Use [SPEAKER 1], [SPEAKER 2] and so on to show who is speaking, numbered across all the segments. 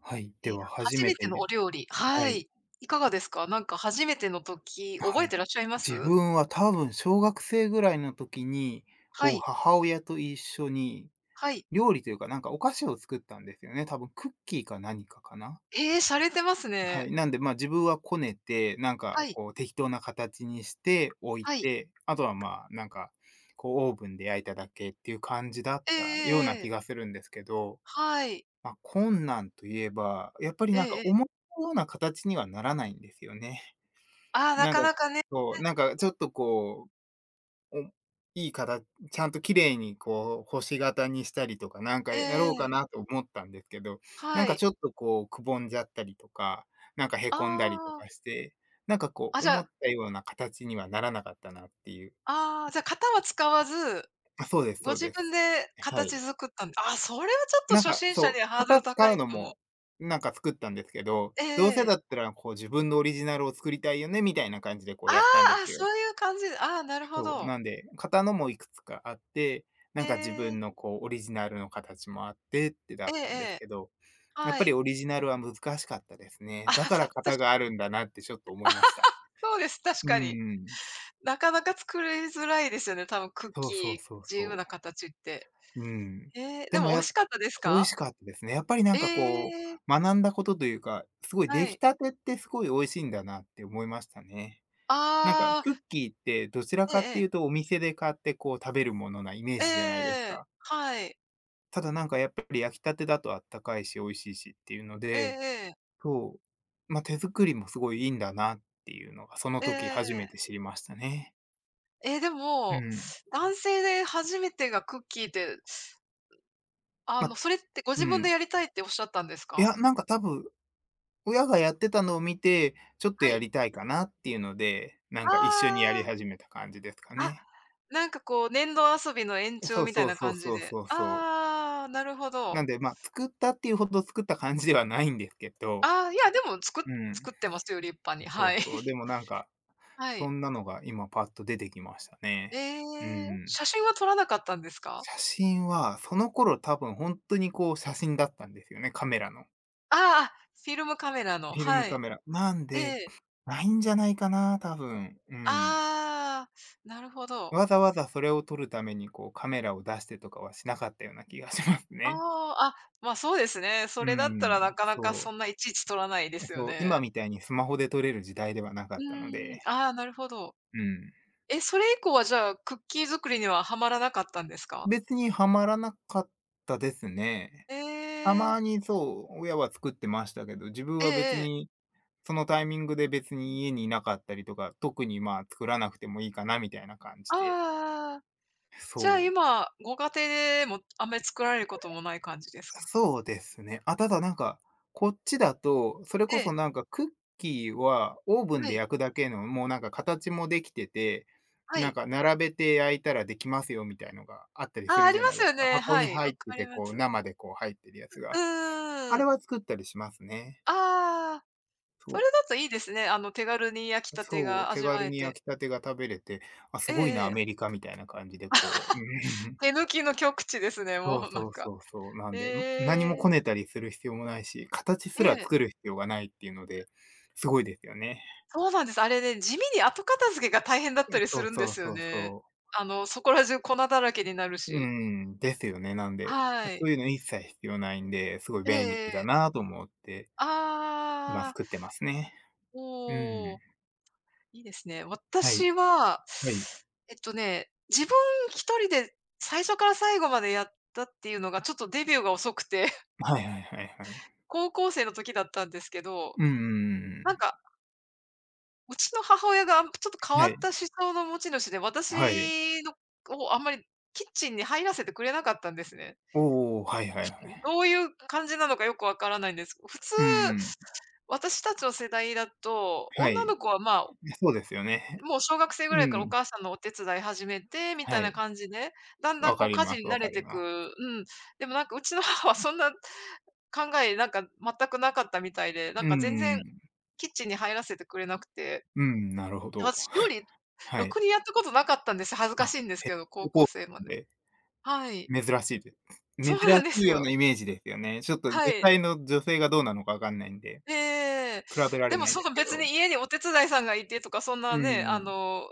[SPEAKER 1] はい、では初
[SPEAKER 2] 初
[SPEAKER 1] め
[SPEAKER 2] めて
[SPEAKER 1] て
[SPEAKER 2] の
[SPEAKER 1] り
[SPEAKER 2] お料理。は
[SPEAKER 1] はい、
[SPEAKER 2] い。いかがですか？なんか初めての時、
[SPEAKER 1] は
[SPEAKER 2] 覚え
[SPEAKER 1] い。
[SPEAKER 2] てらっしゃいま
[SPEAKER 1] 自
[SPEAKER 2] す？
[SPEAKER 1] 分は多分小学生ぐらいの時に、
[SPEAKER 2] は
[SPEAKER 1] こう
[SPEAKER 2] い、
[SPEAKER 1] 母親と一緒に、
[SPEAKER 2] はい。
[SPEAKER 1] 料理というか、なんかお菓子を作ったんですよね。多分クッキーか何かかな。
[SPEAKER 2] ええ、洒落てます
[SPEAKER 1] は
[SPEAKER 2] ね。
[SPEAKER 1] い、なんで、自分はこねて、なんか
[SPEAKER 2] はい、
[SPEAKER 1] こう適当な形にして置い
[SPEAKER 2] はい。
[SPEAKER 1] て、あとは、なんか、こうオーブンで焼いただけっていう感じだっ
[SPEAKER 2] えええ
[SPEAKER 1] たような
[SPEAKER 2] ええ
[SPEAKER 1] 気
[SPEAKER 2] え。
[SPEAKER 1] がするんですけど、
[SPEAKER 2] はい。
[SPEAKER 1] 困難といえば、やっぱり
[SPEAKER 2] え
[SPEAKER 1] なん
[SPEAKER 2] え
[SPEAKER 1] か
[SPEAKER 2] ええ。
[SPEAKER 1] 思ったような形にはならないんですよね。
[SPEAKER 2] ああ、な
[SPEAKER 1] なん
[SPEAKER 2] か
[SPEAKER 1] か、
[SPEAKER 2] なかね。
[SPEAKER 1] そう、なんかちょっとこう、おいいかたちゃんと綺麗にこう星型にしたりとか、なんかやろうか
[SPEAKER 2] ええ、
[SPEAKER 1] なと思ったんですけど、な
[SPEAKER 2] は
[SPEAKER 1] んか
[SPEAKER 2] い。
[SPEAKER 1] ちょっとこうくぼんじゃったりとか、なんかへ
[SPEAKER 2] あ
[SPEAKER 1] こんだりと
[SPEAKER 2] あ。
[SPEAKER 1] かして、なんかこ
[SPEAKER 2] あ、
[SPEAKER 1] う
[SPEAKER 2] じゃ
[SPEAKER 1] 思
[SPEAKER 2] あ
[SPEAKER 1] ったような形にはならなかったなっていう。
[SPEAKER 2] ああ、じゃ、型は使わず、
[SPEAKER 1] あ、そうです
[SPEAKER 2] ご
[SPEAKER 1] そう
[SPEAKER 2] 自
[SPEAKER 1] で
[SPEAKER 2] 分
[SPEAKER 1] す。
[SPEAKER 2] で
[SPEAKER 1] はい。
[SPEAKER 2] 形作ったんで。ああ、それはちょっと
[SPEAKER 1] なん
[SPEAKER 2] 初
[SPEAKER 1] か
[SPEAKER 2] 心者
[SPEAKER 1] そう、
[SPEAKER 2] にはハード
[SPEAKER 1] 型
[SPEAKER 2] ル高
[SPEAKER 1] 使う
[SPEAKER 2] い
[SPEAKER 1] の
[SPEAKER 2] かも。
[SPEAKER 1] もなんか作ったんですけど、
[SPEAKER 2] ええ
[SPEAKER 1] どうせ
[SPEAKER 2] ええ。
[SPEAKER 1] だったらこう自分のオリジナルを作りたいよねみたいな感じでこ
[SPEAKER 2] あ
[SPEAKER 1] う
[SPEAKER 2] あ、
[SPEAKER 1] やったんで
[SPEAKER 2] あ、
[SPEAKER 1] すよ。
[SPEAKER 2] そういう感じで、ああ、なるほ
[SPEAKER 1] そう、
[SPEAKER 2] ど。
[SPEAKER 1] なんで、型のもいくつかあって、なんか自
[SPEAKER 2] ええ。
[SPEAKER 1] 分のこうオリジナルの形もあってって
[SPEAKER 2] え
[SPEAKER 1] だ
[SPEAKER 2] え
[SPEAKER 1] った
[SPEAKER 2] え
[SPEAKER 1] んです
[SPEAKER 2] え。
[SPEAKER 1] けど、やっ
[SPEAKER 2] は
[SPEAKER 1] ぱり
[SPEAKER 2] い。
[SPEAKER 1] オリジナルは難しかったですね。
[SPEAKER 2] あ、
[SPEAKER 1] だから
[SPEAKER 2] さ 確
[SPEAKER 1] 型が
[SPEAKER 2] か
[SPEAKER 1] あるんだなってちょっと思いました。
[SPEAKER 2] そうです、確
[SPEAKER 1] う
[SPEAKER 2] かに。
[SPEAKER 1] ん
[SPEAKER 2] なかなか作りづらいですよね、多分クッ
[SPEAKER 1] そう
[SPEAKER 2] キ
[SPEAKER 1] そう
[SPEAKER 2] ー、
[SPEAKER 1] そう
[SPEAKER 2] 自由
[SPEAKER 1] そ
[SPEAKER 2] な形って。
[SPEAKER 1] う。うん。
[SPEAKER 2] ええ、
[SPEAKER 1] で
[SPEAKER 2] で
[SPEAKER 1] も
[SPEAKER 2] も美
[SPEAKER 1] やっ
[SPEAKER 2] 味しかったです
[SPEAKER 1] 美味
[SPEAKER 2] か？
[SPEAKER 1] しかったですね。やっぱりなん
[SPEAKER 2] え
[SPEAKER 1] かこう、
[SPEAKER 2] え、
[SPEAKER 1] 学んだことというか、すごい出
[SPEAKER 2] は
[SPEAKER 1] 来
[SPEAKER 2] い。
[SPEAKER 1] たてってすごい美味しいんだなって思いましたね。なんか
[SPEAKER 2] あ
[SPEAKER 1] クッ
[SPEAKER 2] あ、
[SPEAKER 1] キーってどちら
[SPEAKER 2] ええ
[SPEAKER 1] かってい
[SPEAKER 2] ええ。
[SPEAKER 1] うとお店で買ってこう食べるものなイメージじゃないです
[SPEAKER 2] ええ、
[SPEAKER 1] か。
[SPEAKER 2] はい。
[SPEAKER 1] ただなんかやっぱり焼きたてだとあったかいし、美味しいしっていうの
[SPEAKER 2] ええ
[SPEAKER 1] で、
[SPEAKER 2] ええ。
[SPEAKER 1] そう、ま、手作りもすごいいいんだなっていうのが、その
[SPEAKER 2] え
[SPEAKER 1] 時
[SPEAKER 2] え。
[SPEAKER 1] 初めて知りましたね。
[SPEAKER 2] え、で
[SPEAKER 1] う
[SPEAKER 2] も、
[SPEAKER 1] ん。
[SPEAKER 2] 男性で初めてがクッキーって、あ
[SPEAKER 1] ま、
[SPEAKER 2] の、それってご
[SPEAKER 1] う
[SPEAKER 2] 自分で
[SPEAKER 1] ん。
[SPEAKER 2] やりたいっておっしゃったんです
[SPEAKER 1] い
[SPEAKER 2] か？
[SPEAKER 1] や、なんか多分、親がやってたのを見て、ちょっと
[SPEAKER 2] は
[SPEAKER 1] や
[SPEAKER 2] い。
[SPEAKER 1] りたいかなっていうので、なんか一緒にやり
[SPEAKER 2] あ
[SPEAKER 1] 始めた感じですか
[SPEAKER 2] あ、あ、
[SPEAKER 1] ね。
[SPEAKER 2] なんかこう、粘土遊びの延
[SPEAKER 1] え、そ
[SPEAKER 2] 長
[SPEAKER 1] う
[SPEAKER 2] みたい
[SPEAKER 1] そう
[SPEAKER 2] な
[SPEAKER 1] そう
[SPEAKER 2] 感じ
[SPEAKER 1] そう
[SPEAKER 2] で。
[SPEAKER 1] そうそう。
[SPEAKER 2] ああ、なるほ
[SPEAKER 1] な
[SPEAKER 2] ど。
[SPEAKER 1] んで、ま、作ったっていうほど作った感じではないんですけど、
[SPEAKER 2] ああ、いや、でも、
[SPEAKER 1] うん、
[SPEAKER 2] 作ってますよ、立派に。
[SPEAKER 1] そ
[SPEAKER 2] は
[SPEAKER 1] う
[SPEAKER 2] い。
[SPEAKER 1] そう、で もなんか
[SPEAKER 2] は
[SPEAKER 1] そ
[SPEAKER 2] い。
[SPEAKER 1] んなのが今パッと出てきました
[SPEAKER 2] え
[SPEAKER 1] ね。う
[SPEAKER 2] え、
[SPEAKER 1] ん。
[SPEAKER 2] 写真は撮らなかったんですか？
[SPEAKER 1] 写真は、その頃多分ほんとにこう写真だったんですよね、カメラの。
[SPEAKER 2] ああ、フィルムカメラの、
[SPEAKER 1] フィル
[SPEAKER 2] は
[SPEAKER 1] ムカ
[SPEAKER 2] い。
[SPEAKER 1] メラ。なん
[SPEAKER 2] え
[SPEAKER 1] で、
[SPEAKER 2] え。
[SPEAKER 1] ないんじゃないかな、多分。うん。
[SPEAKER 2] ああ、なるほど。
[SPEAKER 1] わざわざそれを撮るためにこうカメラを出してとかはしなかったような気がします
[SPEAKER 2] あ
[SPEAKER 1] ね。
[SPEAKER 2] あ、あ、ま、そうですね。そ
[SPEAKER 1] う
[SPEAKER 2] れだったらな
[SPEAKER 1] ん、
[SPEAKER 2] かなかそ
[SPEAKER 1] そ
[SPEAKER 2] んないちいち撮らないで
[SPEAKER 1] う。
[SPEAKER 2] すよ
[SPEAKER 1] そう、
[SPEAKER 2] ね。
[SPEAKER 1] 今みたいにスマホで撮れる時代ではなか
[SPEAKER 2] う
[SPEAKER 1] ったの
[SPEAKER 2] ーん、
[SPEAKER 1] で、
[SPEAKER 2] ああ、なるほど。
[SPEAKER 1] うん。
[SPEAKER 2] え、それ以降はじゃあ、クッキー作りにはハマらなかったんですか？
[SPEAKER 1] 別にはまらなかったですね。
[SPEAKER 2] え
[SPEAKER 1] た
[SPEAKER 2] え、
[SPEAKER 1] まにそう、親は作ってましたけど、自分
[SPEAKER 2] ええ
[SPEAKER 1] は別
[SPEAKER 2] ええ。
[SPEAKER 1] に、そのタイミングで別に家にいなかったりとか、特にまあ作らなくてもいいかなみたいな感
[SPEAKER 2] あ
[SPEAKER 1] じで。
[SPEAKER 2] あああ。じゃあ、
[SPEAKER 1] そう。
[SPEAKER 2] 今、ご家庭でもあんまり作られることもない感じですか？
[SPEAKER 1] そうですね。あ、ただなんか、こっちだと、それ
[SPEAKER 2] え
[SPEAKER 1] こ
[SPEAKER 2] え、
[SPEAKER 1] そなんかクッキーはオーブン
[SPEAKER 2] は
[SPEAKER 1] で
[SPEAKER 2] い、
[SPEAKER 1] 焼くだけの、もうなんか形もできてて、
[SPEAKER 2] は
[SPEAKER 1] なん
[SPEAKER 2] い。
[SPEAKER 1] か並べて焼いたらできますよみたいのがあったりす
[SPEAKER 2] ああ、
[SPEAKER 1] る
[SPEAKER 2] あり
[SPEAKER 1] じゃ
[SPEAKER 2] ま
[SPEAKER 1] ない
[SPEAKER 2] す
[SPEAKER 1] です
[SPEAKER 2] よ
[SPEAKER 1] か。
[SPEAKER 2] ね。
[SPEAKER 1] 箱
[SPEAKER 2] は
[SPEAKER 1] に
[SPEAKER 2] い、
[SPEAKER 1] 入
[SPEAKER 2] わ
[SPEAKER 1] って
[SPEAKER 2] かり
[SPEAKER 1] て、
[SPEAKER 2] ま
[SPEAKER 1] こう
[SPEAKER 2] す。
[SPEAKER 1] 生でこう入ってるやつ
[SPEAKER 2] う
[SPEAKER 1] が。あ
[SPEAKER 2] ー
[SPEAKER 1] れは
[SPEAKER 2] ん。
[SPEAKER 1] 作ったりしますね。
[SPEAKER 2] ああ、そ
[SPEAKER 1] そ
[SPEAKER 2] れ
[SPEAKER 1] う。
[SPEAKER 2] だといいですね。あの、手軽に焼きたて
[SPEAKER 1] そう、
[SPEAKER 2] が
[SPEAKER 1] 手
[SPEAKER 2] 味わ
[SPEAKER 1] 軽
[SPEAKER 2] え
[SPEAKER 1] に
[SPEAKER 2] て。
[SPEAKER 1] 焼きたてが食べれて、あ、
[SPEAKER 2] え
[SPEAKER 1] すごい
[SPEAKER 2] え
[SPEAKER 1] な、ア
[SPEAKER 2] ええ。
[SPEAKER 1] メリカみたいな感じでこう、うん
[SPEAKER 2] 手 抜きの極致ですね、
[SPEAKER 1] そう
[SPEAKER 2] もうな
[SPEAKER 1] そ
[SPEAKER 2] ん
[SPEAKER 1] う
[SPEAKER 2] か。
[SPEAKER 1] そうそう、なんで、ん、何も
[SPEAKER 2] え
[SPEAKER 1] こ
[SPEAKER 2] え、
[SPEAKER 1] ねたりする必要もないし、形
[SPEAKER 2] え
[SPEAKER 1] すら
[SPEAKER 2] え、
[SPEAKER 1] 作る必要がないっていうので、すごいですよね。
[SPEAKER 2] そうなんです。あれね、地味に後片付けが大変だった
[SPEAKER 1] え、
[SPEAKER 2] りす
[SPEAKER 1] そう
[SPEAKER 2] るんで
[SPEAKER 1] そう
[SPEAKER 2] すよ
[SPEAKER 1] そう
[SPEAKER 2] ね。
[SPEAKER 1] そう。
[SPEAKER 2] あの、そこら中粉だらけになる
[SPEAKER 1] う
[SPEAKER 2] し。
[SPEAKER 1] ん、ですよね、なんで、
[SPEAKER 2] は
[SPEAKER 1] そ
[SPEAKER 2] い。
[SPEAKER 1] ういうの一切必要ないんで、すごい
[SPEAKER 2] え
[SPEAKER 1] 便利
[SPEAKER 2] ええ
[SPEAKER 1] だ
[SPEAKER 2] え。
[SPEAKER 1] なと思って、今
[SPEAKER 2] ああ、
[SPEAKER 1] 作ってますね。う
[SPEAKER 2] おお。
[SPEAKER 1] ん。
[SPEAKER 2] いいですね。
[SPEAKER 1] はい、
[SPEAKER 2] 私は、
[SPEAKER 1] はい。
[SPEAKER 2] 自分一人で最初から最後までやったっていうのが、ちょっとデビューが遅くて、
[SPEAKER 1] はいはいはいはい。
[SPEAKER 2] 高校生の時だったんですけど、
[SPEAKER 1] うんん
[SPEAKER 2] なんか、うちの母親が、ちょっと変わ
[SPEAKER 1] は
[SPEAKER 2] った
[SPEAKER 1] い、
[SPEAKER 2] 思想の持ち主で、
[SPEAKER 1] はい。
[SPEAKER 2] 私のをあんまりキッチンに入らせてくれなかったんですね。
[SPEAKER 1] おお、はいはいはい。
[SPEAKER 2] どういう感じなのかよくわからないんです。普通、
[SPEAKER 1] うんうん。
[SPEAKER 2] 私たちの世代だと、
[SPEAKER 1] は
[SPEAKER 2] 女
[SPEAKER 1] い。
[SPEAKER 2] の子は、まあ、
[SPEAKER 1] そうですよね。
[SPEAKER 2] もう小学生 ぐ
[SPEAKER 1] う
[SPEAKER 2] らいからお
[SPEAKER 1] ん。
[SPEAKER 2] 母さんのお手伝い始めて、みた
[SPEAKER 1] は
[SPEAKER 2] いな
[SPEAKER 1] い。
[SPEAKER 2] 感じで、だんだ
[SPEAKER 1] わ
[SPEAKER 2] んこ
[SPEAKER 1] か
[SPEAKER 2] う
[SPEAKER 1] り
[SPEAKER 2] 家
[SPEAKER 1] ま
[SPEAKER 2] 事
[SPEAKER 1] す
[SPEAKER 2] に
[SPEAKER 1] わ
[SPEAKER 2] 慣れ
[SPEAKER 1] かり
[SPEAKER 2] てく。
[SPEAKER 1] ます。
[SPEAKER 2] うん。でもなんかうちの母はそんな考えなんか全くなかったみたいで、な
[SPEAKER 1] う
[SPEAKER 2] ん
[SPEAKER 1] ん
[SPEAKER 2] か全然
[SPEAKER 1] うんう
[SPEAKER 2] キッチンに入らせてくれなくて、
[SPEAKER 1] ん、なるほど。
[SPEAKER 2] 私料理
[SPEAKER 1] は
[SPEAKER 2] ろく
[SPEAKER 1] い。
[SPEAKER 2] にやったことなかったんです。恥ずか
[SPEAKER 1] あ、
[SPEAKER 2] しいんですけど、高
[SPEAKER 1] 高
[SPEAKER 2] 校
[SPEAKER 1] 校
[SPEAKER 2] 生ま
[SPEAKER 1] 生
[SPEAKER 2] で。
[SPEAKER 1] で、
[SPEAKER 2] はい。
[SPEAKER 1] 珍しいです。
[SPEAKER 2] そ
[SPEAKER 1] 珍
[SPEAKER 2] うなん
[SPEAKER 1] し
[SPEAKER 2] で
[SPEAKER 1] い
[SPEAKER 2] す
[SPEAKER 1] よう
[SPEAKER 2] よ。
[SPEAKER 1] なイメージですよね。ちょっと実
[SPEAKER 2] はい。
[SPEAKER 1] 際の女性がどうなのかわかんないんで、
[SPEAKER 2] ええ。
[SPEAKER 1] 比べら
[SPEAKER 2] で
[SPEAKER 1] れ
[SPEAKER 2] も
[SPEAKER 1] ない
[SPEAKER 2] そ
[SPEAKER 1] です
[SPEAKER 2] の
[SPEAKER 1] け
[SPEAKER 2] 別
[SPEAKER 1] ど。
[SPEAKER 2] に家にお手伝いさんがいてとか、そん
[SPEAKER 1] う
[SPEAKER 2] なね、あ
[SPEAKER 1] ん。
[SPEAKER 2] の、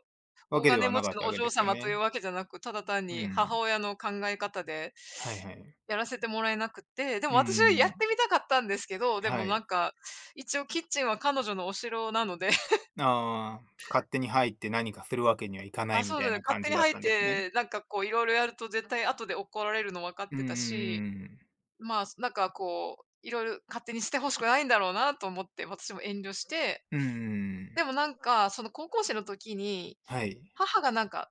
[SPEAKER 1] わ
[SPEAKER 2] 大
[SPEAKER 1] けで
[SPEAKER 2] 金
[SPEAKER 1] は
[SPEAKER 2] 持
[SPEAKER 1] な
[SPEAKER 2] ち
[SPEAKER 1] かっ
[SPEAKER 2] の
[SPEAKER 1] たわ
[SPEAKER 2] お
[SPEAKER 1] け
[SPEAKER 2] 嬢
[SPEAKER 1] ですよ
[SPEAKER 2] 様とい
[SPEAKER 1] ね。
[SPEAKER 2] うわけじゃなく、ただ単
[SPEAKER 1] う
[SPEAKER 2] に母
[SPEAKER 1] ん。
[SPEAKER 2] 親の考え方で
[SPEAKER 1] はいはい。
[SPEAKER 2] やらせてもらえなくて、でも
[SPEAKER 1] う
[SPEAKER 2] 私は
[SPEAKER 1] ん
[SPEAKER 2] やっ
[SPEAKER 1] ん
[SPEAKER 2] てみたかったんですけど、でも
[SPEAKER 1] は
[SPEAKER 2] な
[SPEAKER 1] い。
[SPEAKER 2] んか、一応キッチンは彼女のお城なので、
[SPEAKER 1] ああ、勝手に入って何かするわけにはいかな
[SPEAKER 2] あ、
[SPEAKER 1] いみ
[SPEAKER 2] そう
[SPEAKER 1] た
[SPEAKER 2] だ
[SPEAKER 1] い
[SPEAKER 2] ね、
[SPEAKER 1] な
[SPEAKER 2] 勝
[SPEAKER 1] 感
[SPEAKER 2] 手
[SPEAKER 1] じ
[SPEAKER 2] に
[SPEAKER 1] だっ
[SPEAKER 2] 入っ
[SPEAKER 1] たんですね。
[SPEAKER 2] て、なんかこういろいろやると絶対後で怒られるの分かっ
[SPEAKER 1] うん
[SPEAKER 2] てたし、
[SPEAKER 1] う
[SPEAKER 2] まあ、なんかこう、いろいろ勝手にしてほしくないんだろうなと思って、私も遠慮して。
[SPEAKER 1] うんう
[SPEAKER 2] で
[SPEAKER 1] ん。
[SPEAKER 2] もなんか、その高校生の時に、
[SPEAKER 1] はい。
[SPEAKER 2] 母がなんか、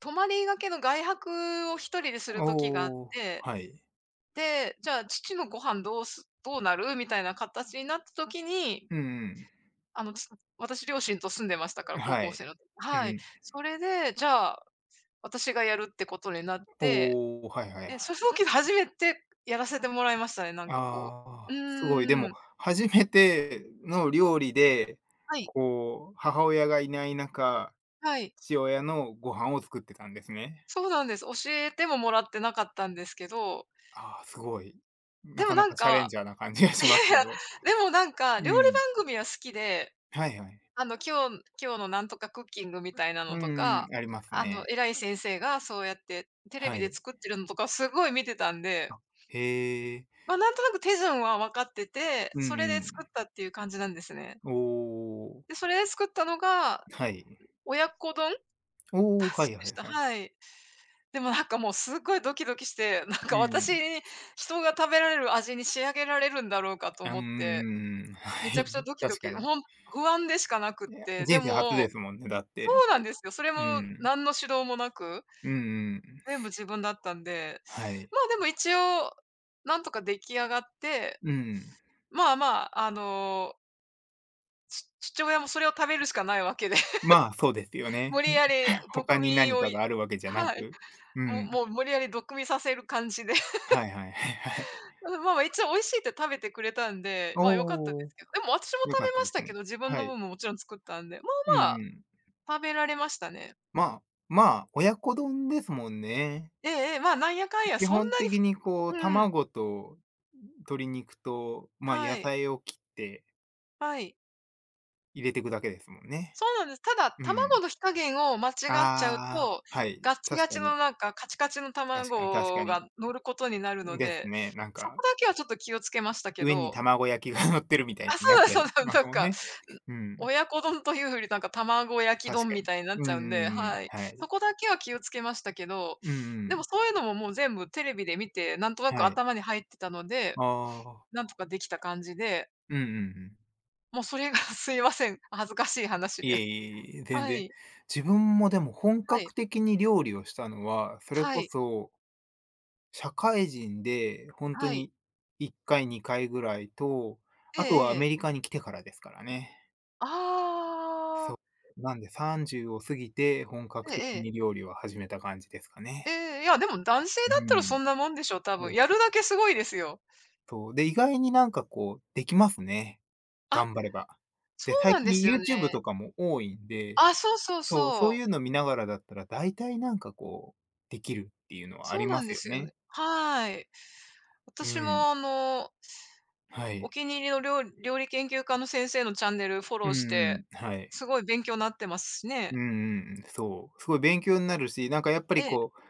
[SPEAKER 2] 泊まりがけの外泊を一人でする時があっ
[SPEAKER 1] おお、
[SPEAKER 2] て、
[SPEAKER 1] はい。
[SPEAKER 2] で、じゃあ父のご飯どうなる？みたいな形になった時に、
[SPEAKER 1] うん
[SPEAKER 2] あの、私両親と住んでましたか
[SPEAKER 1] う
[SPEAKER 2] ら、
[SPEAKER 1] ん。
[SPEAKER 2] 高
[SPEAKER 1] は
[SPEAKER 2] 校
[SPEAKER 1] い。
[SPEAKER 2] 生の時。
[SPEAKER 1] う
[SPEAKER 2] はい。
[SPEAKER 1] ん。
[SPEAKER 2] それで、じゃあ、私がやるってことになって、
[SPEAKER 1] おお、はいはいはい。
[SPEAKER 2] で、その時初めてやらせてもらいましたね、なんかこう。う
[SPEAKER 1] ああ、すごい。で
[SPEAKER 2] ー
[SPEAKER 1] も、
[SPEAKER 2] ん、
[SPEAKER 1] 初めての料理で、
[SPEAKER 2] はい、
[SPEAKER 1] こう、母親がいない中、
[SPEAKER 2] はい。
[SPEAKER 1] 父親のご飯を作ってたんですね。
[SPEAKER 2] そうなんです。教えてももらってなかったんですけど、
[SPEAKER 1] ああ、すごい。
[SPEAKER 2] で
[SPEAKER 1] な
[SPEAKER 2] も
[SPEAKER 1] かな
[SPEAKER 2] なん
[SPEAKER 1] かチャレン
[SPEAKER 2] か
[SPEAKER 1] ジャーな感じがしますけど。
[SPEAKER 2] でもなんか、料
[SPEAKER 1] う
[SPEAKER 2] 理
[SPEAKER 1] ん。
[SPEAKER 2] 番組は好きで、
[SPEAKER 1] はいはい。
[SPEAKER 2] あの、今日のなんとかクッキングみたいな
[SPEAKER 1] う
[SPEAKER 2] のと
[SPEAKER 1] ん
[SPEAKER 2] か、
[SPEAKER 1] ん、あります
[SPEAKER 2] あの、
[SPEAKER 1] ね。
[SPEAKER 2] 偉い先生がそうやってテレ
[SPEAKER 1] は
[SPEAKER 2] ビで
[SPEAKER 1] い。
[SPEAKER 2] 作ってるのとかすごい見てたんで、
[SPEAKER 1] あ、へえ。
[SPEAKER 2] ま、なんとなく手順は分かってて、
[SPEAKER 1] う
[SPEAKER 2] それで作
[SPEAKER 1] ん
[SPEAKER 2] ったっていう感じなんですね。
[SPEAKER 1] おお、
[SPEAKER 2] で、それで作ったのが、
[SPEAKER 1] はい。
[SPEAKER 2] 親子丼だ
[SPEAKER 1] おお、は
[SPEAKER 2] し
[SPEAKER 1] い
[SPEAKER 2] で
[SPEAKER 1] は
[SPEAKER 2] し
[SPEAKER 1] い
[SPEAKER 2] た。
[SPEAKER 1] はい。
[SPEAKER 2] はい。でもなんかもうすっごいドキドキして、なん
[SPEAKER 1] う
[SPEAKER 2] か私
[SPEAKER 1] ん。
[SPEAKER 2] に人が食べられる味に仕上げられるんだろうかと
[SPEAKER 1] うん
[SPEAKER 2] 思って、
[SPEAKER 1] うん
[SPEAKER 2] めち
[SPEAKER 1] は
[SPEAKER 2] ゃくちゃ
[SPEAKER 1] い、
[SPEAKER 2] ド キド
[SPEAKER 1] 確
[SPEAKER 2] キ、
[SPEAKER 1] かに。
[SPEAKER 2] 不安でしかなくっ
[SPEAKER 1] いや、
[SPEAKER 2] て、で
[SPEAKER 1] 人生初
[SPEAKER 2] も
[SPEAKER 1] ですもんね、だっ
[SPEAKER 2] そ
[SPEAKER 1] て。
[SPEAKER 2] うなんですよ。それも
[SPEAKER 1] うん。
[SPEAKER 2] 何の指導もなく、
[SPEAKER 1] うんうん。
[SPEAKER 2] 全部自分だったんで、
[SPEAKER 1] はい。
[SPEAKER 2] まあ、でも一応、なんとか出来上がって、
[SPEAKER 1] うん。
[SPEAKER 2] まあまあ、あの、父親もそれを食べるしかないわけで、
[SPEAKER 1] まあ、そうですよ
[SPEAKER 2] 無
[SPEAKER 1] ね。
[SPEAKER 2] 理やり
[SPEAKER 1] 他
[SPEAKER 2] 毒
[SPEAKER 1] に
[SPEAKER 2] 味
[SPEAKER 1] 何
[SPEAKER 2] を。
[SPEAKER 1] かがあるわけじゃな
[SPEAKER 2] はい、
[SPEAKER 1] く、う
[SPEAKER 2] もう
[SPEAKER 1] ん。
[SPEAKER 2] もう無理やり毒味させる感じで、
[SPEAKER 1] はいはいはいはい。
[SPEAKER 2] まあまあ、一応美味しいって食べてくれたん で、まあ、良かったで
[SPEAKER 1] おー
[SPEAKER 2] すけど、でも私も食べ
[SPEAKER 1] 良かった
[SPEAKER 2] ま
[SPEAKER 1] で
[SPEAKER 2] し
[SPEAKER 1] す
[SPEAKER 2] たけ
[SPEAKER 1] ね。
[SPEAKER 2] ど、自分
[SPEAKER 1] は
[SPEAKER 2] の
[SPEAKER 1] い。
[SPEAKER 2] 分ももちろん作ったんで、
[SPEAKER 1] う
[SPEAKER 2] まあまあ、
[SPEAKER 1] ん
[SPEAKER 2] 食べられましたね。
[SPEAKER 1] まあ、まあ、親子丼ですもんね。
[SPEAKER 2] ええええ、まあ、なんやかんや
[SPEAKER 1] 基
[SPEAKER 2] そん
[SPEAKER 1] 本
[SPEAKER 2] なに。
[SPEAKER 1] 的にこう、
[SPEAKER 2] うん、
[SPEAKER 1] 卵と鶏肉と、まあ、
[SPEAKER 2] は
[SPEAKER 1] 野
[SPEAKER 2] い、
[SPEAKER 1] 菜を切って
[SPEAKER 2] はい。
[SPEAKER 1] 入れていくだけですもんね。
[SPEAKER 2] そうなんです。ただ、
[SPEAKER 1] う
[SPEAKER 2] 卵
[SPEAKER 1] ん。
[SPEAKER 2] の火加減を間違っちゃう
[SPEAKER 1] ああ、
[SPEAKER 2] と、
[SPEAKER 1] はい。
[SPEAKER 2] ガッチガ
[SPEAKER 1] 確か
[SPEAKER 2] チ
[SPEAKER 1] に、
[SPEAKER 2] のなんかカチカチの
[SPEAKER 1] 確かに確か
[SPEAKER 2] 卵
[SPEAKER 1] に。
[SPEAKER 2] が乗ることになるの
[SPEAKER 1] です
[SPEAKER 2] で、
[SPEAKER 1] ね。なん
[SPEAKER 2] そ
[SPEAKER 1] か、
[SPEAKER 2] こだけはちょっと気をつけましたけ
[SPEAKER 1] 上に
[SPEAKER 2] ど。
[SPEAKER 1] 卵焼きが 乗ってるみた
[SPEAKER 2] あ、
[SPEAKER 1] いに
[SPEAKER 2] そ
[SPEAKER 1] な
[SPEAKER 2] う
[SPEAKER 1] っ
[SPEAKER 2] だ
[SPEAKER 1] ちゃ
[SPEAKER 2] そ
[SPEAKER 1] い
[SPEAKER 2] うだ。
[SPEAKER 1] ま
[SPEAKER 2] なん
[SPEAKER 1] すもん
[SPEAKER 2] か、
[SPEAKER 1] ね。うん、
[SPEAKER 2] 親子丼というよりなんか卵焼き
[SPEAKER 1] 確
[SPEAKER 2] 丼み
[SPEAKER 1] かに。
[SPEAKER 2] たいになっ
[SPEAKER 1] う
[SPEAKER 2] ち
[SPEAKER 1] んう
[SPEAKER 2] ゃうんで、
[SPEAKER 1] んうん、
[SPEAKER 2] はい。
[SPEAKER 1] は
[SPEAKER 2] そ
[SPEAKER 1] い。
[SPEAKER 2] こだけは気をつけましたけど、
[SPEAKER 1] うんう
[SPEAKER 2] でも
[SPEAKER 1] ん、
[SPEAKER 2] そういうのももう全部テレビで見て、なんとなく
[SPEAKER 1] はい。
[SPEAKER 2] 頭に入ってたので、
[SPEAKER 1] ああ、
[SPEAKER 2] なんとかできた感じで、
[SPEAKER 1] うんうんうん。
[SPEAKER 2] もうそれが すいません、恥ずかしい話
[SPEAKER 1] い
[SPEAKER 2] で。
[SPEAKER 1] えいえいえ、全
[SPEAKER 2] は
[SPEAKER 1] 然。
[SPEAKER 2] い、
[SPEAKER 1] 自分もでも本
[SPEAKER 2] はい、
[SPEAKER 1] 格的に料理をしたのは、それ
[SPEAKER 2] は
[SPEAKER 1] こ
[SPEAKER 2] い、
[SPEAKER 1] そ社会人で本当
[SPEAKER 2] はい。
[SPEAKER 1] に1回、2回ぐらいと、
[SPEAKER 2] え
[SPEAKER 1] あとは
[SPEAKER 2] え
[SPEAKER 1] ア
[SPEAKER 2] え
[SPEAKER 1] メ
[SPEAKER 2] え。
[SPEAKER 1] リカに来てからですからね。そ
[SPEAKER 2] あ
[SPEAKER 1] う。
[SPEAKER 2] あ。
[SPEAKER 1] なんで30を過ぎて、本格
[SPEAKER 2] え
[SPEAKER 1] 的
[SPEAKER 2] えええ。
[SPEAKER 1] に料理を始めた感じですか
[SPEAKER 2] え
[SPEAKER 1] ね。
[SPEAKER 2] え、いや、でも男性
[SPEAKER 1] う
[SPEAKER 2] だったらそ
[SPEAKER 1] ん。
[SPEAKER 2] んなもんでしょ、多
[SPEAKER 1] そ
[SPEAKER 2] 分。
[SPEAKER 1] うで
[SPEAKER 2] や
[SPEAKER 1] す。
[SPEAKER 2] るだけすごいですよ。
[SPEAKER 1] そう。で、意外になんかこう、できますね。
[SPEAKER 2] あ、
[SPEAKER 1] 頑張れば。
[SPEAKER 2] そ
[SPEAKER 1] で、
[SPEAKER 2] う
[SPEAKER 1] 最
[SPEAKER 2] なん
[SPEAKER 1] 近
[SPEAKER 2] ですよね。
[SPEAKER 1] YouTube とかも多いんで、
[SPEAKER 2] あ、そうそう
[SPEAKER 1] そう、そ
[SPEAKER 2] そ
[SPEAKER 1] うい
[SPEAKER 2] う。
[SPEAKER 1] うの見ながらだったら、大体なんかこう、できるっていうのはあ
[SPEAKER 2] そ
[SPEAKER 1] り
[SPEAKER 2] うな
[SPEAKER 1] ま
[SPEAKER 2] ん
[SPEAKER 1] す
[SPEAKER 2] で
[SPEAKER 1] よ
[SPEAKER 2] すよ
[SPEAKER 1] ね。
[SPEAKER 2] ね。はい。
[SPEAKER 1] う
[SPEAKER 2] 私も
[SPEAKER 1] ん。
[SPEAKER 2] あの、
[SPEAKER 1] は
[SPEAKER 2] お
[SPEAKER 1] い。
[SPEAKER 2] 気に入りの料理研究家の先生のチャンネルフォ
[SPEAKER 1] う
[SPEAKER 2] ローし
[SPEAKER 1] んう
[SPEAKER 2] て、
[SPEAKER 1] ん。はい。
[SPEAKER 2] すごい勉強なってますし
[SPEAKER 1] う
[SPEAKER 2] ね。
[SPEAKER 1] んうん。そう。すごい勉強になるし、なんかやっぱり
[SPEAKER 2] ええ。
[SPEAKER 1] こう、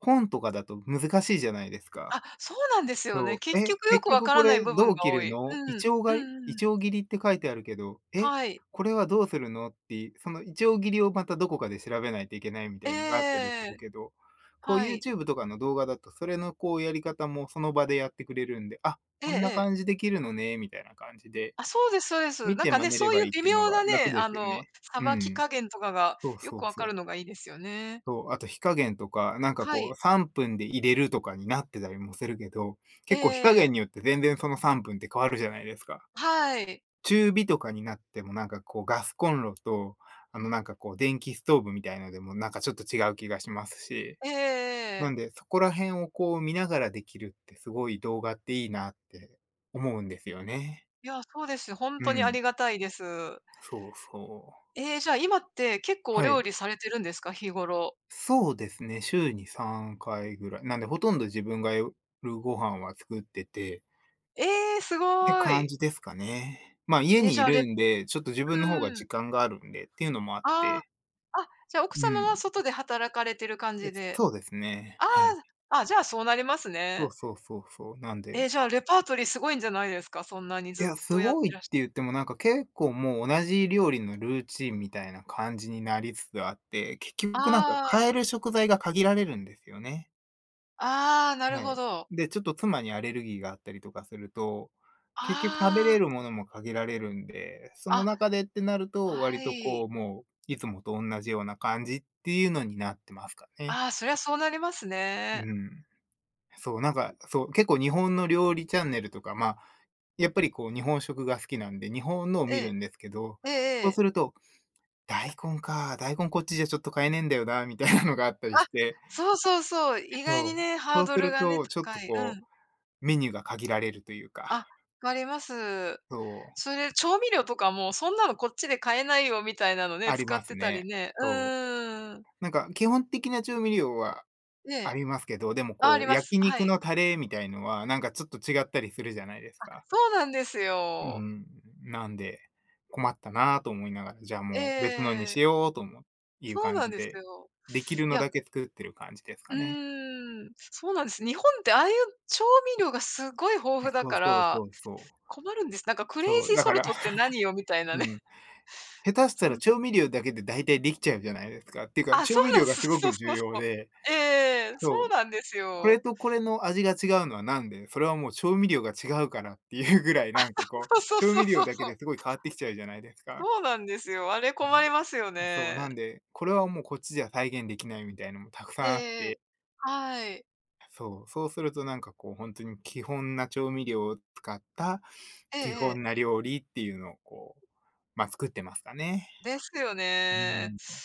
[SPEAKER 1] 本とかだと難しいじゃないですか。
[SPEAKER 2] あ、そうなんですよね。
[SPEAKER 1] そう。
[SPEAKER 2] 結
[SPEAKER 1] え、
[SPEAKER 2] 局よ
[SPEAKER 1] 結
[SPEAKER 2] くわ
[SPEAKER 1] 局
[SPEAKER 2] か
[SPEAKER 1] こ
[SPEAKER 2] らない
[SPEAKER 1] れ
[SPEAKER 2] 部
[SPEAKER 1] ど
[SPEAKER 2] 分
[SPEAKER 1] う
[SPEAKER 2] が
[SPEAKER 1] 切
[SPEAKER 2] 多
[SPEAKER 1] る
[SPEAKER 2] い。う
[SPEAKER 1] の？い
[SPEAKER 2] ん。う
[SPEAKER 1] ちがい
[SPEAKER 2] んう
[SPEAKER 1] い
[SPEAKER 2] ん。
[SPEAKER 1] 切りって書いてあるけど、え、
[SPEAKER 2] はい。
[SPEAKER 1] これはどうするの？って、そのいち切りをまたどこかで調べないといけないみ
[SPEAKER 2] え
[SPEAKER 1] た
[SPEAKER 2] え
[SPEAKER 1] いのがあったりする
[SPEAKER 2] え。
[SPEAKER 1] けど、こう
[SPEAKER 2] はい。
[SPEAKER 1] YouTube とかの動画だと、それのこうやり方もその場でやってくれるんで、あ、
[SPEAKER 2] ええ
[SPEAKER 1] こんな
[SPEAKER 2] ええ。
[SPEAKER 1] 感じで切るのね、みたいな感じで、
[SPEAKER 2] あ、そうですそうです。
[SPEAKER 1] 見
[SPEAKER 2] なん
[SPEAKER 1] て
[SPEAKER 2] か
[SPEAKER 1] 真
[SPEAKER 2] ね、
[SPEAKER 1] 似れ
[SPEAKER 2] そうい
[SPEAKER 1] ば
[SPEAKER 2] う
[SPEAKER 1] いいっ
[SPEAKER 2] 微
[SPEAKER 1] ていうの
[SPEAKER 2] 妙
[SPEAKER 1] が
[SPEAKER 2] な
[SPEAKER 1] 楽
[SPEAKER 2] ね、
[SPEAKER 1] で
[SPEAKER 2] あ
[SPEAKER 1] すよ
[SPEAKER 2] の、
[SPEAKER 1] ね。
[SPEAKER 2] さ
[SPEAKER 1] う
[SPEAKER 2] ばき
[SPEAKER 1] ん。
[SPEAKER 2] 加減とかが
[SPEAKER 1] そう
[SPEAKER 2] よ
[SPEAKER 1] そ
[SPEAKER 2] く
[SPEAKER 1] う
[SPEAKER 2] わ
[SPEAKER 1] そ
[SPEAKER 2] かるの
[SPEAKER 1] う。
[SPEAKER 2] がいいですよね。
[SPEAKER 1] そう、あと火加減とか、なんか
[SPEAKER 2] は
[SPEAKER 1] こう
[SPEAKER 2] い。
[SPEAKER 1] 3分で入れるとかになってたりもするけど、結構火加
[SPEAKER 2] え
[SPEAKER 1] 減に
[SPEAKER 2] え、
[SPEAKER 1] よって全然その3分って変わるじゃないですか。
[SPEAKER 2] はい。
[SPEAKER 1] 中火とかになってもなんかこうガスコンロと、なんかこう電気ストーブみたいのでもなんかちょっと違う気がしますし、
[SPEAKER 2] ええ、
[SPEAKER 1] なんでそこら辺をこう見ながらできるってすごい動画っていいなって思うんですよね。
[SPEAKER 2] いや、そうです。ほん
[SPEAKER 1] う
[SPEAKER 2] とにあ
[SPEAKER 1] ん、
[SPEAKER 2] りがたいです。
[SPEAKER 1] そうそう。
[SPEAKER 2] ええ、じゃあ、今って結構お
[SPEAKER 1] は
[SPEAKER 2] 料
[SPEAKER 1] い。
[SPEAKER 2] 理されてるんですか？日頃。
[SPEAKER 1] そうですね、週に3回ぐらい。なんで、ほとんど自分が夜ご飯は作ってて、
[SPEAKER 2] ええ、す
[SPEAKER 1] って
[SPEAKER 2] ご
[SPEAKER 1] 感
[SPEAKER 2] い。
[SPEAKER 1] じですかね。まあ、家
[SPEAKER 2] え、
[SPEAKER 1] に
[SPEAKER 2] じ
[SPEAKER 1] い
[SPEAKER 2] ゃあ、
[SPEAKER 1] るんで、ちょっと自分の方が
[SPEAKER 2] うん。
[SPEAKER 1] 時間があるんでっていうのもあっ
[SPEAKER 2] あ
[SPEAKER 1] て。
[SPEAKER 2] あ、あ、じゃあ、奥
[SPEAKER 1] う
[SPEAKER 2] 様は
[SPEAKER 1] ん。
[SPEAKER 2] 外で働かれてる感
[SPEAKER 1] え、
[SPEAKER 2] じで。
[SPEAKER 1] そうですね。
[SPEAKER 2] あ
[SPEAKER 1] はい。
[SPEAKER 2] あ、あ、じゃあ、そうなります
[SPEAKER 1] そ
[SPEAKER 2] ね。
[SPEAKER 1] うそうそうそう。なん
[SPEAKER 2] え、
[SPEAKER 1] で、
[SPEAKER 2] じゃあ、レパートリーすごいんじゃないですか？そんなに
[SPEAKER 1] い
[SPEAKER 2] ずっ
[SPEAKER 1] や、す
[SPEAKER 2] とやっ
[SPEAKER 1] ごい
[SPEAKER 2] て
[SPEAKER 1] って
[SPEAKER 2] らっ
[SPEAKER 1] 言ってもなんか結構もう同じ料理のルーチンみたいな感じになりつつあって、結局なんか
[SPEAKER 2] ああ、
[SPEAKER 1] 買える食材が限られるんですよね。
[SPEAKER 2] ああ、なる
[SPEAKER 1] は
[SPEAKER 2] ほ
[SPEAKER 1] い。
[SPEAKER 2] ど。
[SPEAKER 1] で、ちょっと妻にアレルギーがあったりとかすると、結局食べれ
[SPEAKER 2] ああ、
[SPEAKER 1] るものも限られるんで、その
[SPEAKER 2] あ、
[SPEAKER 1] 中でってなると、割
[SPEAKER 2] は
[SPEAKER 1] と
[SPEAKER 2] い。
[SPEAKER 1] こう、もう、いつもとおんなじような感じっていうのになってますかね。
[SPEAKER 2] ああ、そりゃそうなりますね。
[SPEAKER 1] うん。そう、なんか、そう、結構日本の料理チャンネルとか、まあ、やっぱりこう日本食が好きなんで、日本のを
[SPEAKER 2] え
[SPEAKER 1] 見る
[SPEAKER 2] え、
[SPEAKER 1] んですけど、
[SPEAKER 2] えええ
[SPEAKER 1] そう
[SPEAKER 2] え。
[SPEAKER 1] すると、大根こっちじゃちょっと買えねえんだよな、みたいなのがあったり
[SPEAKER 2] あ、
[SPEAKER 1] して、
[SPEAKER 2] そうそうそう、意外に
[SPEAKER 1] そう。
[SPEAKER 2] ね、ハー
[SPEAKER 1] そう
[SPEAKER 2] ド
[SPEAKER 1] す
[SPEAKER 2] ル
[SPEAKER 1] る
[SPEAKER 2] がね、
[SPEAKER 1] と、ちょっ
[SPEAKER 2] 高
[SPEAKER 1] と
[SPEAKER 2] い。う
[SPEAKER 1] こ
[SPEAKER 2] ん。
[SPEAKER 1] う、メニューが限られるという
[SPEAKER 2] あ、
[SPEAKER 1] か。
[SPEAKER 2] わかります。
[SPEAKER 1] そう、
[SPEAKER 2] それ、調味料とかもそんなのこっちで買えないよみたいなのね、
[SPEAKER 1] あり
[SPEAKER 2] 使
[SPEAKER 1] ま
[SPEAKER 2] っ
[SPEAKER 1] す
[SPEAKER 2] てたり
[SPEAKER 1] ね。
[SPEAKER 2] ね。う
[SPEAKER 1] そう。
[SPEAKER 2] ーん。
[SPEAKER 1] なんか基本的な調味料は
[SPEAKER 2] え
[SPEAKER 1] あ
[SPEAKER 2] え。
[SPEAKER 1] りますけど、でも
[SPEAKER 2] あ、あ
[SPEAKER 1] こ
[SPEAKER 2] り
[SPEAKER 1] う、
[SPEAKER 2] ます。
[SPEAKER 1] 焼
[SPEAKER 2] は
[SPEAKER 1] 肉
[SPEAKER 2] い。
[SPEAKER 1] のタレみたいのは、なんかちょっと違ったりするじゃないですか。
[SPEAKER 2] そうなんです
[SPEAKER 1] う
[SPEAKER 2] よ。
[SPEAKER 1] ん、なんで、困ったなと思いながら、じゃあ
[SPEAKER 2] え
[SPEAKER 1] もう別のにし
[SPEAKER 2] え、
[SPEAKER 1] ようともいう
[SPEAKER 2] そう
[SPEAKER 1] 感
[SPEAKER 2] なん
[SPEAKER 1] じ
[SPEAKER 2] です
[SPEAKER 1] で、
[SPEAKER 2] よ。
[SPEAKER 1] できる
[SPEAKER 2] い
[SPEAKER 1] の
[SPEAKER 2] や
[SPEAKER 1] だけ作ってる感じです
[SPEAKER 2] う
[SPEAKER 1] かね。
[SPEAKER 2] ーん、そうなんです。日本ってああいう調味料がすごい豊
[SPEAKER 1] あ、
[SPEAKER 2] 富だ
[SPEAKER 1] そう
[SPEAKER 2] か
[SPEAKER 1] そうそ
[SPEAKER 2] ら、
[SPEAKER 1] うそう。
[SPEAKER 2] 困るんです。なんかクレイ
[SPEAKER 1] そう、
[SPEAKER 2] ジー
[SPEAKER 1] だ
[SPEAKER 2] ソ
[SPEAKER 1] か
[SPEAKER 2] ル
[SPEAKER 1] ら、
[SPEAKER 2] トって何よみ たいな
[SPEAKER 1] う
[SPEAKER 2] ね。
[SPEAKER 1] ん、下手した
[SPEAKER 2] そん
[SPEAKER 1] ら調
[SPEAKER 2] な、
[SPEAKER 1] 味料だけで大体できちゃうじゃないですか。っていうか、
[SPEAKER 2] あ、そ
[SPEAKER 1] 調味
[SPEAKER 2] うなん
[SPEAKER 1] 料
[SPEAKER 2] で
[SPEAKER 1] が
[SPEAKER 2] す。
[SPEAKER 1] すご
[SPEAKER 2] そう
[SPEAKER 1] く
[SPEAKER 2] そ
[SPEAKER 1] 重
[SPEAKER 2] うそ
[SPEAKER 1] 要で、
[SPEAKER 2] う。ええ、そう
[SPEAKER 1] そう。
[SPEAKER 2] なんです
[SPEAKER 1] これ
[SPEAKER 2] よ。
[SPEAKER 1] とこれの味が違うのはなんで、それはもう調味料が違うからっていうぐらい、なんかこう、
[SPEAKER 2] そうそう
[SPEAKER 1] 調
[SPEAKER 2] そう
[SPEAKER 1] 味
[SPEAKER 2] そ
[SPEAKER 1] 料
[SPEAKER 2] う
[SPEAKER 1] だ
[SPEAKER 2] そ
[SPEAKER 1] け
[SPEAKER 2] う。
[SPEAKER 1] ですごい変わってきちゃうじゃないですか。
[SPEAKER 2] そうなんですよ。あれ
[SPEAKER 1] な
[SPEAKER 2] 困
[SPEAKER 1] の
[SPEAKER 2] り
[SPEAKER 1] で
[SPEAKER 2] ますよ
[SPEAKER 1] あ、そう、
[SPEAKER 2] ね。
[SPEAKER 1] なんで、これはもうこっちじゃ再現できないみたいのもたくさ
[SPEAKER 2] ええ
[SPEAKER 1] んあっ
[SPEAKER 2] え
[SPEAKER 1] て、
[SPEAKER 2] え。はい。
[SPEAKER 1] そう、そうするとなんかこうほんとに基本な調味料を使った、
[SPEAKER 2] ええ
[SPEAKER 1] 基本
[SPEAKER 2] ええ。
[SPEAKER 1] な料理っていうのをこう、ま、作ってますかね。
[SPEAKER 2] ですよ
[SPEAKER 1] うー
[SPEAKER 2] ね。
[SPEAKER 1] ん。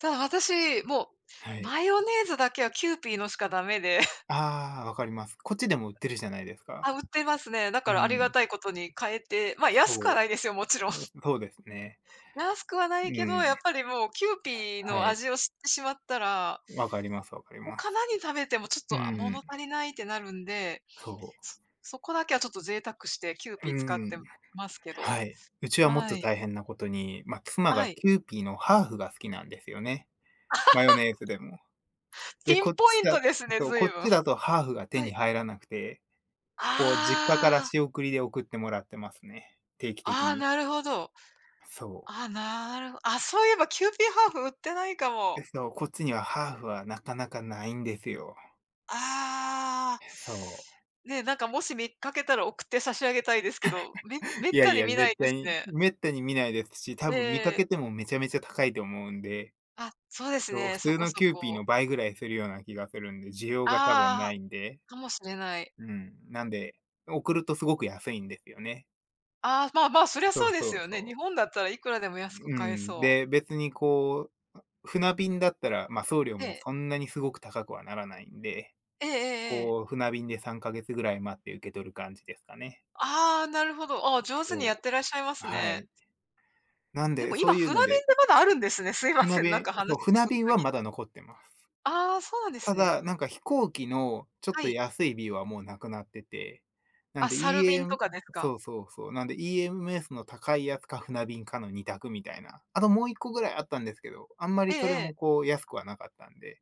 [SPEAKER 2] ただ私、も
[SPEAKER 1] は
[SPEAKER 2] う
[SPEAKER 1] い。
[SPEAKER 2] マヨネーズだけはキユーピーのしかダメで。
[SPEAKER 1] ああ、分かります。こっちでも売ってるじゃないです
[SPEAKER 2] あ、
[SPEAKER 1] か。
[SPEAKER 2] 売ってますね。だか
[SPEAKER 1] う
[SPEAKER 2] らありが
[SPEAKER 1] ん。
[SPEAKER 2] たいことに買えて、ま、あ安くは
[SPEAKER 1] そ
[SPEAKER 2] ないですよ、もちろん。
[SPEAKER 1] う。そうですね。
[SPEAKER 2] 安くはない
[SPEAKER 1] う
[SPEAKER 2] けど、や
[SPEAKER 1] ん。
[SPEAKER 2] っぱりもうキューピー
[SPEAKER 1] は
[SPEAKER 2] の
[SPEAKER 1] い。
[SPEAKER 2] 味を知ってしまったら、
[SPEAKER 1] わかりますわかりま
[SPEAKER 2] 他
[SPEAKER 1] す。
[SPEAKER 2] 何食べてもちょっ
[SPEAKER 1] う
[SPEAKER 2] と、あ、物
[SPEAKER 1] ん。
[SPEAKER 2] 足りないってなるんで、
[SPEAKER 1] そ
[SPEAKER 2] そこだけはちょっと贅沢してキュー
[SPEAKER 1] う。う
[SPEAKER 2] ピー使って
[SPEAKER 1] ん。
[SPEAKER 2] ますけど。
[SPEAKER 1] はい。うちはもっ
[SPEAKER 2] は
[SPEAKER 1] と
[SPEAKER 2] い。
[SPEAKER 1] 大変なことに、まあ、妻
[SPEAKER 2] は
[SPEAKER 1] が
[SPEAKER 2] い。
[SPEAKER 1] キューピーのハーフが好きなんですよね。マヨネーズでも。で、
[SPEAKER 2] ピン
[SPEAKER 1] こっ
[SPEAKER 2] ポ
[SPEAKER 1] ち
[SPEAKER 2] イン
[SPEAKER 1] だ
[SPEAKER 2] トですね、
[SPEAKER 1] そう、こ
[SPEAKER 2] 随
[SPEAKER 1] っ
[SPEAKER 2] 分。
[SPEAKER 1] ち だとハーフが手
[SPEAKER 2] は
[SPEAKER 1] に
[SPEAKER 2] い。
[SPEAKER 1] 入らなくて、こう実家から
[SPEAKER 2] あ
[SPEAKER 1] 仕送りで送ってもらってますね。定期的
[SPEAKER 2] あ、ああ、
[SPEAKER 1] に。
[SPEAKER 2] なるほど。
[SPEAKER 1] そう。
[SPEAKER 2] ああ、なるほど、あ、そういえばキューピーハーフ売ってないかも。
[SPEAKER 1] で、そう、こっちにはハーフはなかなかないんですよ。
[SPEAKER 2] ああ。
[SPEAKER 1] そう。
[SPEAKER 2] ね、なんかもし見かけたら送って差し上げたいですけど、めっ
[SPEAKER 1] いや
[SPEAKER 2] た
[SPEAKER 1] い
[SPEAKER 2] に
[SPEAKER 1] や、
[SPEAKER 2] 見ない
[SPEAKER 1] 絶
[SPEAKER 2] です
[SPEAKER 1] 対に
[SPEAKER 2] ね。
[SPEAKER 1] めったに見ないですし、多分見か
[SPEAKER 2] え
[SPEAKER 1] け
[SPEAKER 2] え。
[SPEAKER 1] てもめちゃめちゃ高いと思うんで、
[SPEAKER 2] あ、そうです
[SPEAKER 1] そう、
[SPEAKER 2] ね、
[SPEAKER 1] 普
[SPEAKER 2] そ
[SPEAKER 1] 通
[SPEAKER 2] こ
[SPEAKER 1] の
[SPEAKER 2] そ
[SPEAKER 1] キューピー
[SPEAKER 2] こ。
[SPEAKER 1] の倍ぐらいするような気がするんで、需要が多分
[SPEAKER 2] ああ、
[SPEAKER 1] ないんで、
[SPEAKER 2] かもしれない。
[SPEAKER 1] うん、なんで、送るとすごく安いんですよね。
[SPEAKER 2] ああ、まあまあ、そりゃ
[SPEAKER 1] そ
[SPEAKER 2] そう
[SPEAKER 1] う
[SPEAKER 2] で
[SPEAKER 1] そ
[SPEAKER 2] す
[SPEAKER 1] う
[SPEAKER 2] よね。日
[SPEAKER 1] そ
[SPEAKER 2] 本だったらいくらでも
[SPEAKER 1] う。
[SPEAKER 2] 安く
[SPEAKER 1] う
[SPEAKER 2] 買え
[SPEAKER 1] ん、
[SPEAKER 2] そう。
[SPEAKER 1] で、別にこう、船便だったら、ま、送料
[SPEAKER 2] え
[SPEAKER 1] も
[SPEAKER 2] え。
[SPEAKER 1] そんなにすごく高くはならないんで、
[SPEAKER 2] ええええええ。
[SPEAKER 1] こう、船便で3か月ぐらい待って受け取る感じですかね。
[SPEAKER 2] ああ、なるほど。ああ、上手にやっ
[SPEAKER 1] そ
[SPEAKER 2] てらっしゃいま
[SPEAKER 1] う、
[SPEAKER 2] す
[SPEAKER 1] は
[SPEAKER 2] ね。
[SPEAKER 1] い。なん
[SPEAKER 2] で
[SPEAKER 1] で、
[SPEAKER 2] も
[SPEAKER 1] そ
[SPEAKER 2] 今、
[SPEAKER 1] ういう
[SPEAKER 2] 船便
[SPEAKER 1] の
[SPEAKER 2] っ
[SPEAKER 1] で、
[SPEAKER 2] てまだあるんですね。すいません、なんか話
[SPEAKER 1] そう、船
[SPEAKER 2] ぶっ
[SPEAKER 1] 便
[SPEAKER 2] た
[SPEAKER 1] は
[SPEAKER 2] 切、
[SPEAKER 1] まだ残ってます。
[SPEAKER 2] ああ、そうなんで
[SPEAKER 1] た
[SPEAKER 2] すね。
[SPEAKER 1] だ、なんか飛行機のちょっ
[SPEAKER 2] は
[SPEAKER 1] と
[SPEAKER 2] い。
[SPEAKER 1] 安い便はもうなくなってて、な
[SPEAKER 2] あ、
[SPEAKER 1] んで
[SPEAKER 2] サル便
[SPEAKER 1] EM
[SPEAKER 2] とかです
[SPEAKER 1] そ
[SPEAKER 2] か。
[SPEAKER 1] うそうそう、なんで EMS の高いやつか船便かの二択みたいな。あともう一個ぐらいあったんですけど、あんま
[SPEAKER 2] え
[SPEAKER 1] り
[SPEAKER 2] え
[SPEAKER 1] それ
[SPEAKER 2] え
[SPEAKER 1] も
[SPEAKER 2] え。
[SPEAKER 1] こう安くはなかったんで、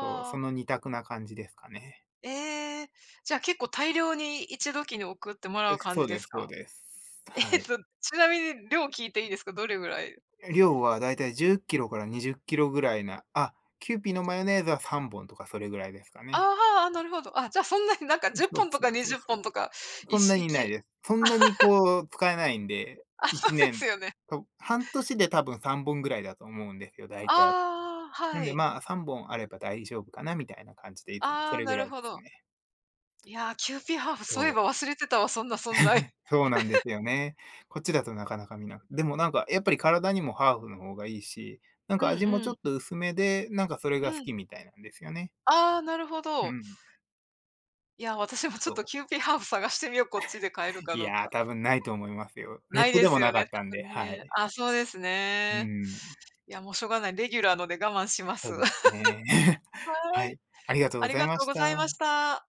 [SPEAKER 1] そう、その
[SPEAKER 2] あ。
[SPEAKER 1] 二択な感じですかね。
[SPEAKER 2] ええ、じゃあ結構大量に一時に送ってもら
[SPEAKER 1] え、
[SPEAKER 2] う感
[SPEAKER 1] そ
[SPEAKER 2] じ
[SPEAKER 1] う
[SPEAKER 2] で
[SPEAKER 1] で
[SPEAKER 2] す
[SPEAKER 1] すそう
[SPEAKER 2] か？
[SPEAKER 1] です。
[SPEAKER 2] え
[SPEAKER 1] は
[SPEAKER 2] っ
[SPEAKER 1] い。
[SPEAKER 2] と、ちなみに量聞いていいですか？どれぐらい、
[SPEAKER 1] 量はだいたい10キロから20キロぐらいなあ、キユーピーのマヨネーズは3本とかそれぐらいですか
[SPEAKER 2] あ
[SPEAKER 1] ね。
[SPEAKER 2] あ、ああ、なるほど。あ、じゃあそんなになんか10
[SPEAKER 1] そう
[SPEAKER 2] 本と
[SPEAKER 1] そ
[SPEAKER 2] か
[SPEAKER 1] うそう
[SPEAKER 2] 20
[SPEAKER 1] そう。
[SPEAKER 2] 本とか、い
[SPEAKER 1] そんな
[SPEAKER 2] しい
[SPEAKER 1] にいない
[SPEAKER 2] き。
[SPEAKER 1] です。そんなにこう使えないんで、
[SPEAKER 2] そ
[SPEAKER 1] 1
[SPEAKER 2] うです
[SPEAKER 1] 年、
[SPEAKER 2] よね。
[SPEAKER 1] と半年で多分3本ぐらいだと思うんですよ、大体。
[SPEAKER 2] ああ、
[SPEAKER 1] なん
[SPEAKER 2] は
[SPEAKER 1] で、
[SPEAKER 2] い。
[SPEAKER 1] まあ、3本あれば大丈夫かなみたいな感じで、いつも
[SPEAKER 2] あ
[SPEAKER 1] そ
[SPEAKER 2] あ、
[SPEAKER 1] れ
[SPEAKER 2] な
[SPEAKER 1] ぐら
[SPEAKER 2] る
[SPEAKER 1] いで
[SPEAKER 2] ほ
[SPEAKER 1] す
[SPEAKER 2] ど。
[SPEAKER 1] ね。
[SPEAKER 2] いや、キューピーハーフ、そういえ
[SPEAKER 1] そ
[SPEAKER 2] ば
[SPEAKER 1] う。
[SPEAKER 2] 忘れてたわ、そんな存在。
[SPEAKER 1] そうなんですよね。こっちだとなかなか見なくでもなんかやっぱり体にもハーフの方がいいし、なん
[SPEAKER 2] うん
[SPEAKER 1] か味も
[SPEAKER 2] う
[SPEAKER 1] ちょ
[SPEAKER 2] ん。
[SPEAKER 1] っと薄めで、なんかそれ
[SPEAKER 2] う
[SPEAKER 1] が好
[SPEAKER 2] ん。
[SPEAKER 1] きみたいなんですよね。
[SPEAKER 2] ああ、なるほ
[SPEAKER 1] う
[SPEAKER 2] ど。
[SPEAKER 1] ん、
[SPEAKER 2] いや、私もちょっとキュー
[SPEAKER 1] そ
[SPEAKER 2] ピーハーフ探してみよう、こっちで買える
[SPEAKER 1] う。
[SPEAKER 2] か
[SPEAKER 1] い
[SPEAKER 2] どう
[SPEAKER 1] や、
[SPEAKER 2] か。
[SPEAKER 1] 多分ないと思いますよ。ネ
[SPEAKER 2] な
[SPEAKER 1] ッ
[SPEAKER 2] い
[SPEAKER 1] ト
[SPEAKER 2] で
[SPEAKER 1] で
[SPEAKER 2] す
[SPEAKER 1] も
[SPEAKER 2] よ
[SPEAKER 1] なか
[SPEAKER 2] ね、
[SPEAKER 1] ったん
[SPEAKER 2] 多
[SPEAKER 1] で、
[SPEAKER 2] 分
[SPEAKER 1] は
[SPEAKER 2] ね。
[SPEAKER 1] い。
[SPEAKER 2] あ、そうです
[SPEAKER 1] う
[SPEAKER 2] ね。
[SPEAKER 1] ん。
[SPEAKER 2] いや、もうしょうがない、レギュラーので我慢しま
[SPEAKER 1] そ
[SPEAKER 2] す。
[SPEAKER 1] うです ね。
[SPEAKER 2] は
[SPEAKER 1] は
[SPEAKER 2] い、
[SPEAKER 1] い、ありがとう
[SPEAKER 2] あ
[SPEAKER 1] ご
[SPEAKER 2] り
[SPEAKER 1] ざい
[SPEAKER 2] がと
[SPEAKER 1] ま
[SPEAKER 2] う
[SPEAKER 1] し
[SPEAKER 2] ござい
[SPEAKER 1] た。
[SPEAKER 2] ました。